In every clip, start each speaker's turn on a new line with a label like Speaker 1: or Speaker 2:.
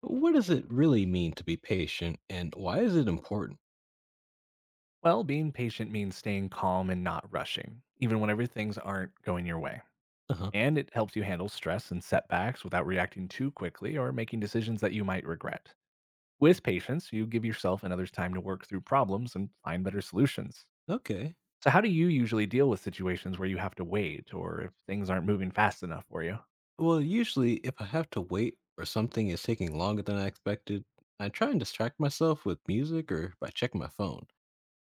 Speaker 1: What does it really mean to be patient and why is it important?
Speaker 2: Well, being patient means staying calm and not rushing, even whenever things aren't going your way.
Speaker 1: Uh huh.
Speaker 2: And it helps you handle stress and setbacks without reacting too quickly or making decisions that you might regret. With patience, you give yourself and others time to work through problems and find better solutions.
Speaker 1: Okay.
Speaker 2: So, how do you usually deal with situations where you have to wait or if things aren't moving fast enough for you?
Speaker 1: Well, usually, if I have to wait or something is taking longer than I expected, I try and distract myself with music or by checking my phone.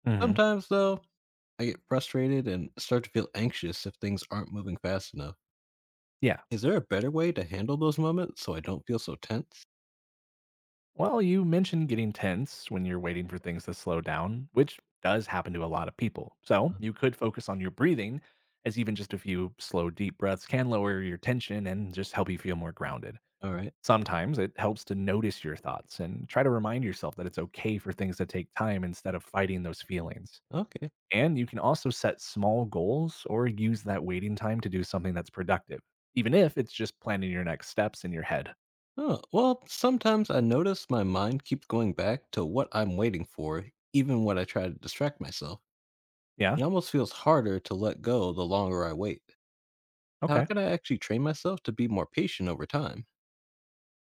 Speaker 2: hmm
Speaker 1: Sometimes, though, I get frustrated and start to feel anxious if things aren't moving fast enough.
Speaker 2: Yeah.
Speaker 1: Is there a better way to handle those moments so I don't feel so tense?
Speaker 2: Well, you mentioned getting tense when you're waiting for things to slow down, which does happen to a lot of people. So
Speaker 1: Uh,
Speaker 2: you could focus on your breathing, as even just a few slow, deep breaths can lower your tension and just help you feel more grounded.
Speaker 1: All right.
Speaker 2: Sometimes it helps to notice your thoughts and try to remind yourself that it's okay for things to take time instead of fighting those feelings.
Speaker 1: Okay.
Speaker 2: And you can also set small goals or use that waiting time to do something that's productive, even if it's just planning your next steps in your head.
Speaker 1: Oh, well, sometimes I notice my mind keeps going back to what I'm waiting for, even when I try to distract myself.
Speaker 2: Yeah.
Speaker 1: It almost feels harder to let go the longer I wait. How
Speaker 2: Okay.
Speaker 1: can I actually train myself to be more patient over time?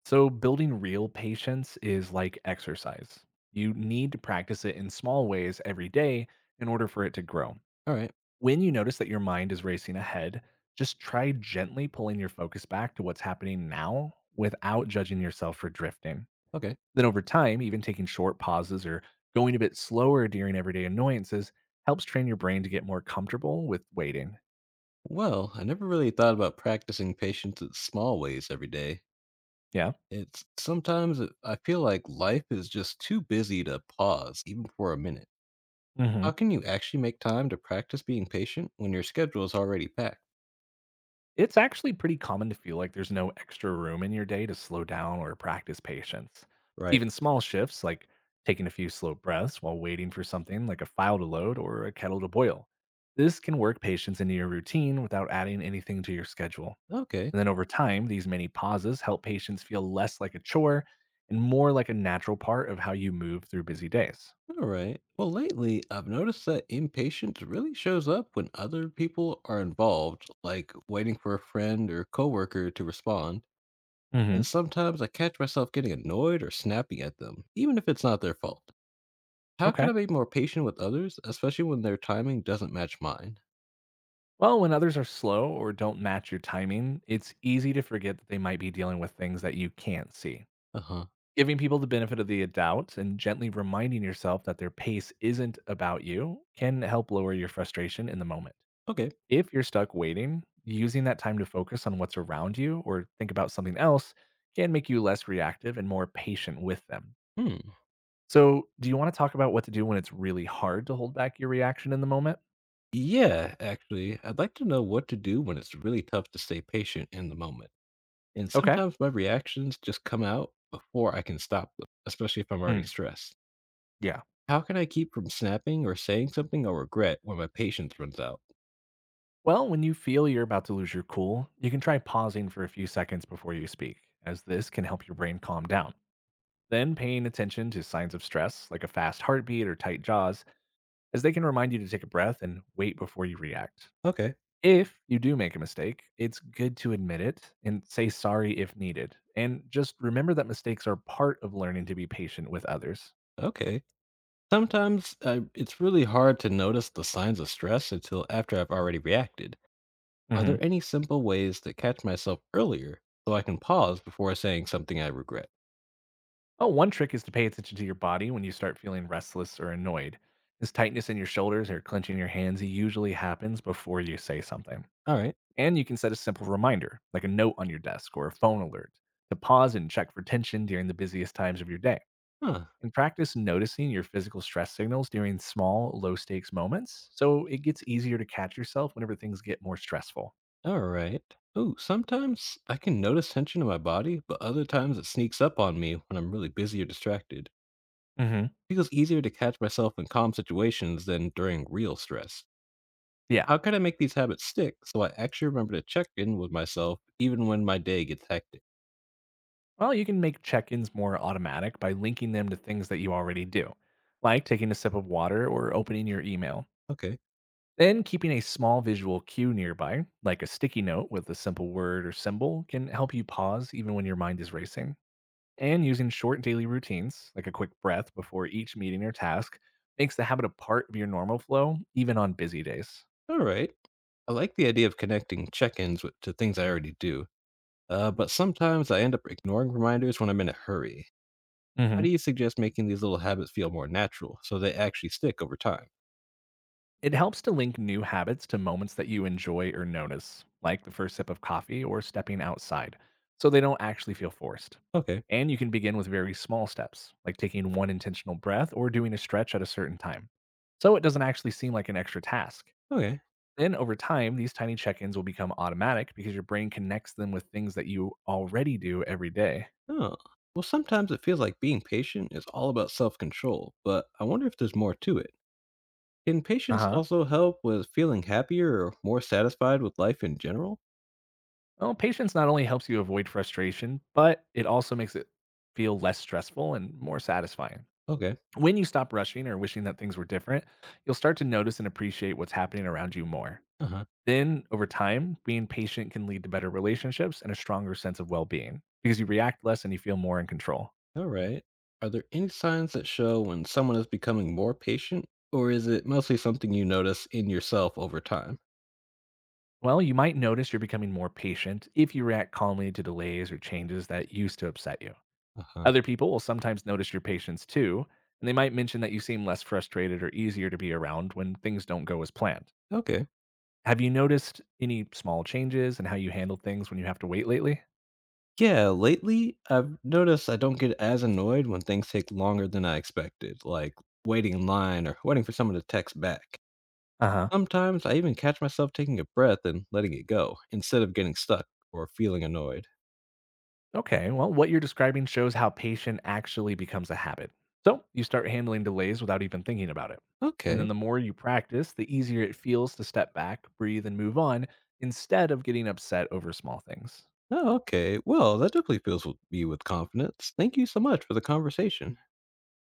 Speaker 2: So, building real patience is like exercise. You need to practice it in small ways every day in order for it to grow.
Speaker 1: All right.
Speaker 2: When you notice that your mind is racing ahead, just try gently pulling your focus back to what's happening now without judging yourself for drifting.
Speaker 1: Okay.
Speaker 2: Then, over time, even taking short pauses or going a bit slower during everyday annoyances helps train your brain to get more comfortable with waiting.
Speaker 1: Well, I never really thought about practicing patience in small ways every day.
Speaker 2: Yeah.
Speaker 1: I feel like life is just too busy to pause even for a minute.
Speaker 2: hmm
Speaker 1: How can you actually make time to practice being patient when your schedule is already packed?
Speaker 2: It's actually pretty common to feel like there's no extra room in your day to slow down or practice patience.
Speaker 1: Right.
Speaker 2: Even small shifts, like taking a few slow breaths while waiting for something like a file to load or a kettle to boil, this can work patience into your routine without adding anything to your schedule.
Speaker 1: Okay.
Speaker 2: And then over time, these many pauses help patients feel less like a chore and more like a natural part of how you move through busy days.
Speaker 1: All right. Well, lately I've noticed that impatience really shows up when other people are involved, like waiting for a friend or coworker to respond. And
Speaker 2: hmm
Speaker 1: sometimes I catch myself getting annoyed or snapping at them, even if it's not their fault. How can
Speaker 2: Okay.
Speaker 1: I be more patient with others, especially when their timing doesn't match mine?
Speaker 2: Well, when others are slow or don't match your timing, it's easy to forget that they might be dealing with things that you can't see.
Speaker 1: Uh huh.
Speaker 2: Giving people the benefit of the doubt and gently reminding yourself that their pace isn't about you can help lower your frustration in the moment.
Speaker 1: Okay.
Speaker 2: If you're stuck waiting, using that time to focus on what's around you or think about something else can make you less reactive and more patient with them.
Speaker 1: Hmm.
Speaker 2: So, do you want to talk about what to do when it's really hard to hold back your reaction in the moment?
Speaker 1: Yeah, actually, I'd like to know what to do when it's really tough to stay patient in the moment. And
Speaker 2: Okay.
Speaker 1: sometimes my reactions just come out before I can stop them, especially if I'm already
Speaker 2: Hmm.
Speaker 1: stressed.
Speaker 2: Yeah.
Speaker 1: How can I keep from snapping or saying something I'll regret when my patience runs out?
Speaker 2: Well, when you feel you're about to lose your cool, you can try pausing for a few seconds before you speak, as this can help your brain calm down. Then paying attention to signs of stress, like a fast heartbeat or tight jaws, as they can remind you to take a breath and wait before you react.
Speaker 1: Okay,
Speaker 2: If you do make a mistake, it's good to admit it and say sorry if needed. And just remember that mistakes are part of learning to be patient with others.
Speaker 1: okay. Sometimes it's really hard to notice the signs of stress until after I've already reacted. Are
Speaker 2: Mhm.
Speaker 1: there any simple ways to catch myself earlier so I can pause before saying something I regret?
Speaker 2: Oh, one trick is to pay attention to your body when you start feeling restless or annoyed. This tightness in your shoulders or clenching your hands usually happens before you say something.
Speaker 1: All right.
Speaker 2: And you can set a simple reminder, like a note on your desk or a phone alert, to pause and check for tension during the busiest times of your day.
Speaker 1: Huh.
Speaker 2: And practice noticing your physical stress signals during small, low stakes moments so it gets easier to catch yourself whenever things get more stressful.
Speaker 1: All right. Ooh, sometimes I can notice tension in my body, but other times it sneaks up on me when I'm really busy or distracted.
Speaker 2: hmm
Speaker 1: It feels easier to catch myself in calm situations than during real stress.
Speaker 2: Yeah.
Speaker 1: How can I make these habits stick so I actually remember to check in with myself even when my day gets hectic?
Speaker 2: Well, you can make check ins more automatic by linking them to things that you already do, like taking a sip of water or opening your email.
Speaker 1: Okay.
Speaker 2: Then, keeping a small visual cue nearby, like a sticky note with a simple word or symbol, can help you pause even when your mind is racing. And using short daily routines, like a quick breath before each meeting or task, makes the habit a part of your normal flow, even on busy days.
Speaker 1: All right. I like the idea of connecting check ins to things I already do, but sometimes I end up ignoring reminders when I'm in a hurry. How do
Speaker 2: Mhm.
Speaker 1: you suggest making these little habits feel more natural so they actually stick over time?
Speaker 2: It helps to link new habits to moments that you enjoy or notice, like the first sip of coffee or stepping outside, so they don't actually feel forced.
Speaker 1: Okay.
Speaker 2: And you can begin with very small steps, like taking one intentional breath or doing a stretch at a certain time. So it doesn't actually seem like an extra task.
Speaker 1: Okay.
Speaker 2: Then over time, these tiny check ins will become automatic because your brain connects them with things that you already do every day.
Speaker 1: Oh. Well, sometimes it feels like being patient is all about self control, but I wonder if there's more to it. Can
Speaker 2: Uh
Speaker 1: patience
Speaker 2: huh.
Speaker 1: also help with feeling happier or more satisfied with life in general?
Speaker 2: Well, patience not only helps you avoid frustration, but it also makes it feel less stressful and more satisfying.
Speaker 1: Okay.
Speaker 2: When you stop rushing or wishing that things were different, you'll start to notice and appreciate what's happening around you more.
Speaker 1: Uh-huh.
Speaker 2: Then, over time, being patient can lead to better relationships and a stronger sense of well being because you react less and you feel more in control.
Speaker 1: All right. Are there any signs that show when someone is becoming more patient, or is it mostly something you notice in yourself over time?
Speaker 2: Well, you might notice you're becoming more patient if you react calmly to delays or changes that used to upset you.
Speaker 1: Uh-huh.
Speaker 2: Other people will sometimes notice your patience too, and they might mention that you seem less frustrated or easier to be around when things don't go as planned.
Speaker 1: Okay.
Speaker 2: Have you noticed any small changes in how you handle things when you have to wait lately?
Speaker 1: Yeah, lately I've noticed I don't get as annoyed when things take longer than I expected, like waiting in line or waiting for someone to text back.
Speaker 2: Uh huh.
Speaker 1: Sometimes I even catch myself taking a breath and letting it go instead of getting stuck or feeling annoyed.
Speaker 2: Okay, well, what you're describing shows how patient actually becomes a habit. So you start handling delays without even thinking about it. And then
Speaker 1: Okay.
Speaker 2: the more you practice, the easier it feels to step back, breathe, and move on instead of getting upset over small things.
Speaker 1: Oh, okay. Well, that definitely fills me with confidence. Thank you so much for the conversation.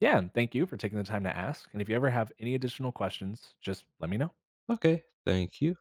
Speaker 2: Yeah, and thank you for taking the time to ask. And if you ever have any additional questions, just let me know.
Speaker 1: Okay, thank you.